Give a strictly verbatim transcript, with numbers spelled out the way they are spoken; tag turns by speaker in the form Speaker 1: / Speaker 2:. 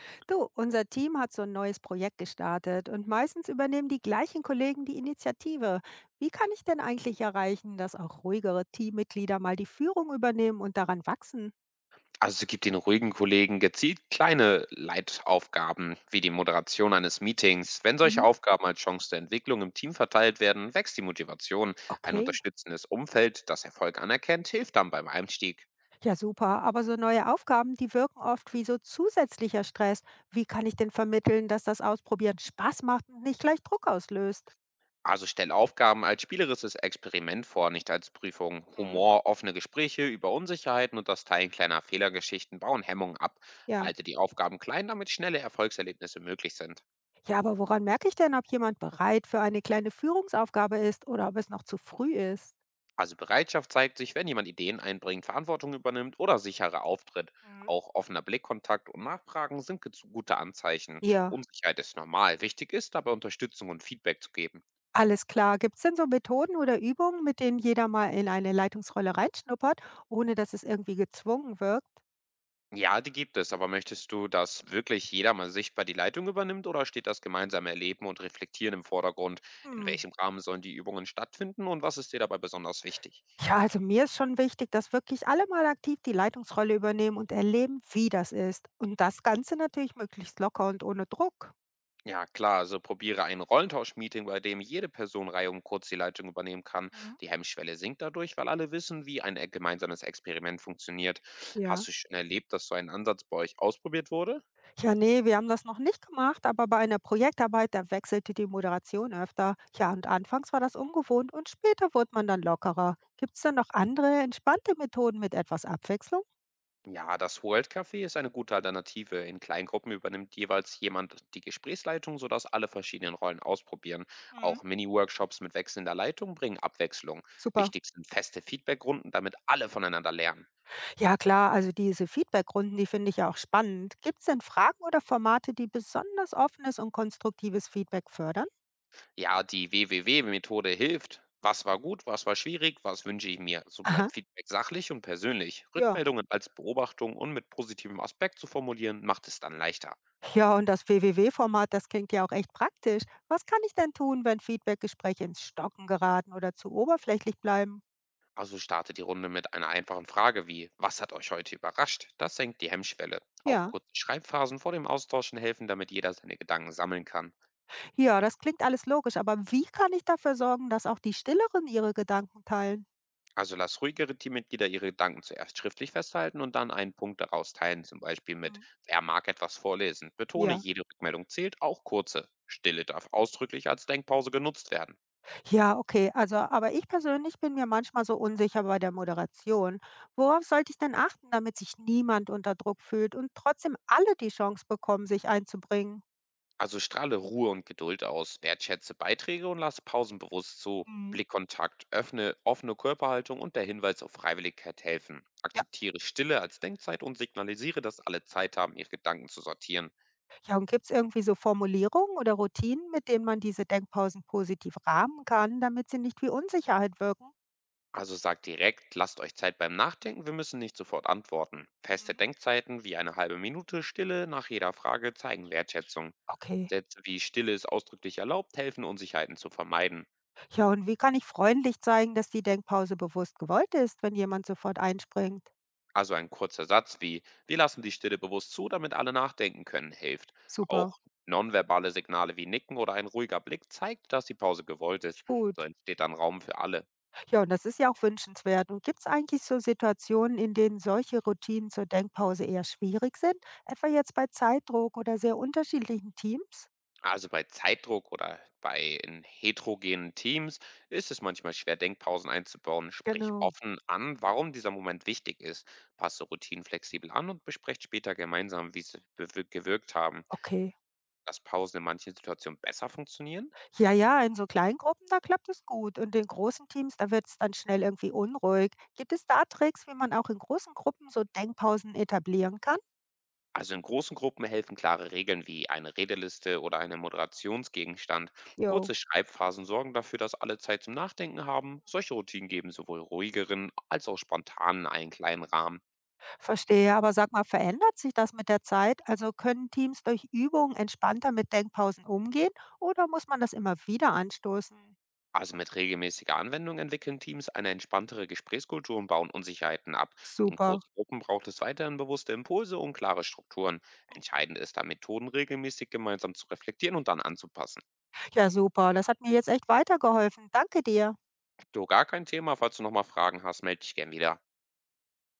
Speaker 1: Du, unser Team hat so ein neues Projekt gestartet und meistens übernehmen die gleichen Kollegen die Initiative. Wie kann ich denn eigentlich erreichen, dass auch ruhigere Teammitglieder mal die Führung übernehmen und daran wachsen?
Speaker 2: Also sie gibt den ruhigen Kollegen gezielt kleine Leitaufgaben, wie die Moderation eines Meetings. Wenn solche
Speaker 1: Mhm.
Speaker 2: Aufgaben als Chance der Entwicklung im Team verteilt werden, wächst die Motivation. Ein
Speaker 1: Okay,
Speaker 2: unterstützendes Umfeld, das Erfolg anerkennt, hilft dann beim Einstieg.
Speaker 1: ja super, aber so neue Aufgaben, die wirken oft wie so zusätzlicher Stress. Wie kann ich denn vermitteln, dass das Ausprobieren Spaß macht und nicht gleich Druck auslöst?
Speaker 2: Also stell Aufgaben als spielerisches Experiment vor, nicht als Prüfung.
Speaker 1: Mhm.
Speaker 2: Humor, offene Gespräche über Unsicherheiten und das Teilen kleiner Fehlergeschichten bauen Hemmungen ab.
Speaker 1: Ja.
Speaker 2: Halte die Aufgaben klein, damit schnelle Erfolgserlebnisse möglich sind.
Speaker 1: Ja, aber woran merke ich denn, ob jemand bereit für eine kleine Führungsaufgabe ist oder ob es noch zu früh ist?
Speaker 2: Also Bereitschaft zeigt sich, wenn jemand Ideen einbringt, Verantwortung übernimmt oder sicherer auftritt.
Speaker 1: Mhm.
Speaker 2: Auch offener Blickkontakt und Nachfragen sind gez- gute Anzeichen.
Speaker 1: Ja.
Speaker 2: Unsicherheit ist normal. Wichtig ist dabei Unterstützung und Feedback zu geben.
Speaker 1: Alles klar. Gibt es denn so Methoden oder Übungen, mit denen jeder mal in eine Leitungsrolle reinschnuppert, ohne dass es irgendwie gezwungen wirkt?
Speaker 2: Ja, die gibt es, aber möchtest du, dass wirklich jeder mal sichtbar die Leitung übernimmt oder steht das gemeinsame Erleben und Reflektieren im Vordergrund? In
Speaker 1: Hm.
Speaker 2: welchem Rahmen sollen die Übungen stattfinden und was ist dir dabei besonders wichtig?
Speaker 1: Ja, also mir ist schon wichtig, dass wirklich alle mal aktiv die Leitungsrolle übernehmen und erleben, wie das ist. Und das Ganze natürlich möglichst locker und ohne Druck.
Speaker 2: Ja, klar, also probiere ein Rollentausch-Meeting, bei dem jede Person reihum kurz die Leitung übernehmen kann.
Speaker 1: Mhm.
Speaker 2: Die Hemmschwelle sinkt dadurch, weil alle wissen, wie ein äh, gemeinsames Experiment funktioniert.
Speaker 1: Ja.
Speaker 2: Hast du schon erlebt, dass so ein Ansatz bei euch ausprobiert wurde?
Speaker 1: Ja, nee, wir haben das noch nicht gemacht, aber bei einer Projektarbeit, da wechselte die Moderation öfter. Ja, und anfangs war das ungewohnt und später wurde man dann lockerer. Gibt es denn noch andere entspannte Methoden mit etwas Abwechslung?
Speaker 2: Ja, das World Café ist eine gute Alternative. In Kleingruppen übernimmt jeweils jemand die Gesprächsleitung, sodass alle verschiedenen Rollen ausprobieren.
Speaker 1: Mhm.
Speaker 2: Auch Mini-Workshops mit wechselnder Leitung bringen Abwechslung.
Speaker 1: Super.
Speaker 2: Wichtig sind feste Feedbackrunden, damit alle voneinander lernen.
Speaker 1: Ja klar, also diese Feedbackrunden, die finde ich ja auch spannend. Gibt es denn Fragen oder Formate, die besonders offenes und konstruktives Feedback fördern?
Speaker 2: Ja, die We We We-Methode hilft. Was war gut, was war schwierig, was wünsche ich mir? So
Speaker 1: Aha,
Speaker 2: bleibt Feedback sachlich und persönlich.
Speaker 1: ja.
Speaker 2: Rückmeldungen als Beobachtung und mit positivem Aspekt zu formulieren, macht es dann leichter.
Speaker 1: Ja, und das W W W-Format, das klingt ja auch echt praktisch. Was kann ich denn tun, wenn Feedbackgespräche ins Stocken geraten oder zu oberflächlich bleiben?
Speaker 2: Also starte die Runde mit einer einfachen Frage wie, was hat euch heute überrascht? Das senkt die Hemmschwelle. Auch
Speaker 1: Ja,
Speaker 2: kurze Schreibphasen vor dem Austauschen helfen, damit jeder seine Gedanken sammeln kann.
Speaker 1: ja, das klingt alles logisch, aber wie kann ich dafür sorgen, dass auch die Stilleren ihre Gedanken teilen?
Speaker 2: Also lass ruhigere Teammitglieder ihre Gedanken zuerst schriftlich festhalten und dann einen Punkt daraus teilen, zum Beispiel mit:
Speaker 1: Mhm.
Speaker 2: Wer mag etwas vorlesen? Betone,
Speaker 1: Ja.
Speaker 2: jede Rückmeldung zählt, auch kurze. Stille darf ausdrücklich als Denkpause genutzt werden.
Speaker 1: Ja, okay. Also, aber ich persönlich bin mir manchmal so unsicher bei der Moderation. Worauf sollte ich denn achten, damit sich niemand unter Druck fühlt und trotzdem alle die Chance bekommen, sich einzubringen?
Speaker 2: Also strahle Ruhe und Geduld aus, wertschätze Beiträge und lass Pausen bewusst zu.
Speaker 1: Mhm.
Speaker 2: Blickkontakt, öffne offene Körperhaltung und der Hinweis auf Freiwilligkeit helfen.
Speaker 1: Ja,
Speaker 2: Akzeptiere Stille als Denkzeit und signalisiere, dass alle Zeit haben, ihre Gedanken zu sortieren.
Speaker 1: ja und gibt es irgendwie so Formulierungen oder Routinen, mit denen man diese Denkpausen positiv rahmen kann, damit sie nicht wie Unsicherheit wirken?
Speaker 2: Also sagt direkt, lasst euch Zeit beim Nachdenken, wir müssen nicht sofort antworten. Feste
Speaker 1: Mhm.
Speaker 2: Denkzeiten wie eine halbe Minute Stille nach jeder Frage zeigen Wertschätzung.
Speaker 1: Okay.
Speaker 2: Sätze wie Stille ist ausdrücklich erlaubt helfen, Unsicherheiten zu vermeiden.
Speaker 1: Ja, und wie kann ich freundlich zeigen, dass die Denkpause bewusst gewollt ist, wenn jemand sofort einspringt?
Speaker 2: Also ein kurzer Satz wie wir lassen die Stille bewusst zu, damit alle nachdenken können, hilft.
Speaker 1: Super.
Speaker 2: Auch nonverbale Signale wie Nicken oder ein ruhiger Blick zeigt, dass die Pause gewollt ist. So
Speaker 1: Gut.
Speaker 2: entsteht dann Raum für alle.
Speaker 1: Ja, und das ist ja auch wünschenswert. Und gibt es eigentlich so Situationen, in denen solche Routinen zur Denkpause eher schwierig sind? Etwa jetzt bei Zeitdruck oder sehr unterschiedlichen Teams?
Speaker 2: Also bei Zeitdruck oder bei in heterogenen Teams ist es manchmal schwer, Denkpausen einzubauen. Sprich
Speaker 1: Genau.
Speaker 2: offen an, warum dieser Moment wichtig ist. Passe Routinen flexibel an und besprecht später gemeinsam, wie sie bewir- gewirkt haben.
Speaker 1: Okay.
Speaker 2: Dass Pausen in manchen Situationen besser funktionieren?
Speaker 1: Ja, ja, in so kleinen Gruppen, da klappt es gut. Und in großen Teams, da wird es dann schnell irgendwie unruhig. Gibt es da Tricks, wie man auch in großen Gruppen so Denkpausen etablieren kann?
Speaker 2: Also in großen Gruppen helfen klare Regeln wie eine Redeliste oder eine Moderationsgegenstand.
Speaker 1: Jo.
Speaker 2: Kurze Schreibphasen sorgen dafür, dass alle Zeit zum Nachdenken haben. Solche Routinen geben sowohl ruhigeren als auch spontanen einen kleinen Rahmen.
Speaker 1: Verstehe, aber sag mal, verändert sich das mit der Zeit? Also können Teams durch Übung entspannter mit Denkpausen umgehen oder muss man das immer wieder anstoßen?
Speaker 2: Also mit regelmäßiger Anwendung entwickeln Teams eine entspanntere Gesprächskultur und bauen Unsicherheiten ab. In
Speaker 1: Super.
Speaker 2: großen Gruppen braucht es weiterhin bewusste Impulse und klare Strukturen. Entscheidend ist da Methoden regelmäßig gemeinsam zu reflektieren und dann anzupassen.
Speaker 1: Ja, super. Das hat mir jetzt echt weitergeholfen. Danke dir.
Speaker 2: Du, gar kein Thema, falls du nochmal Fragen hast, melde dich gern wieder.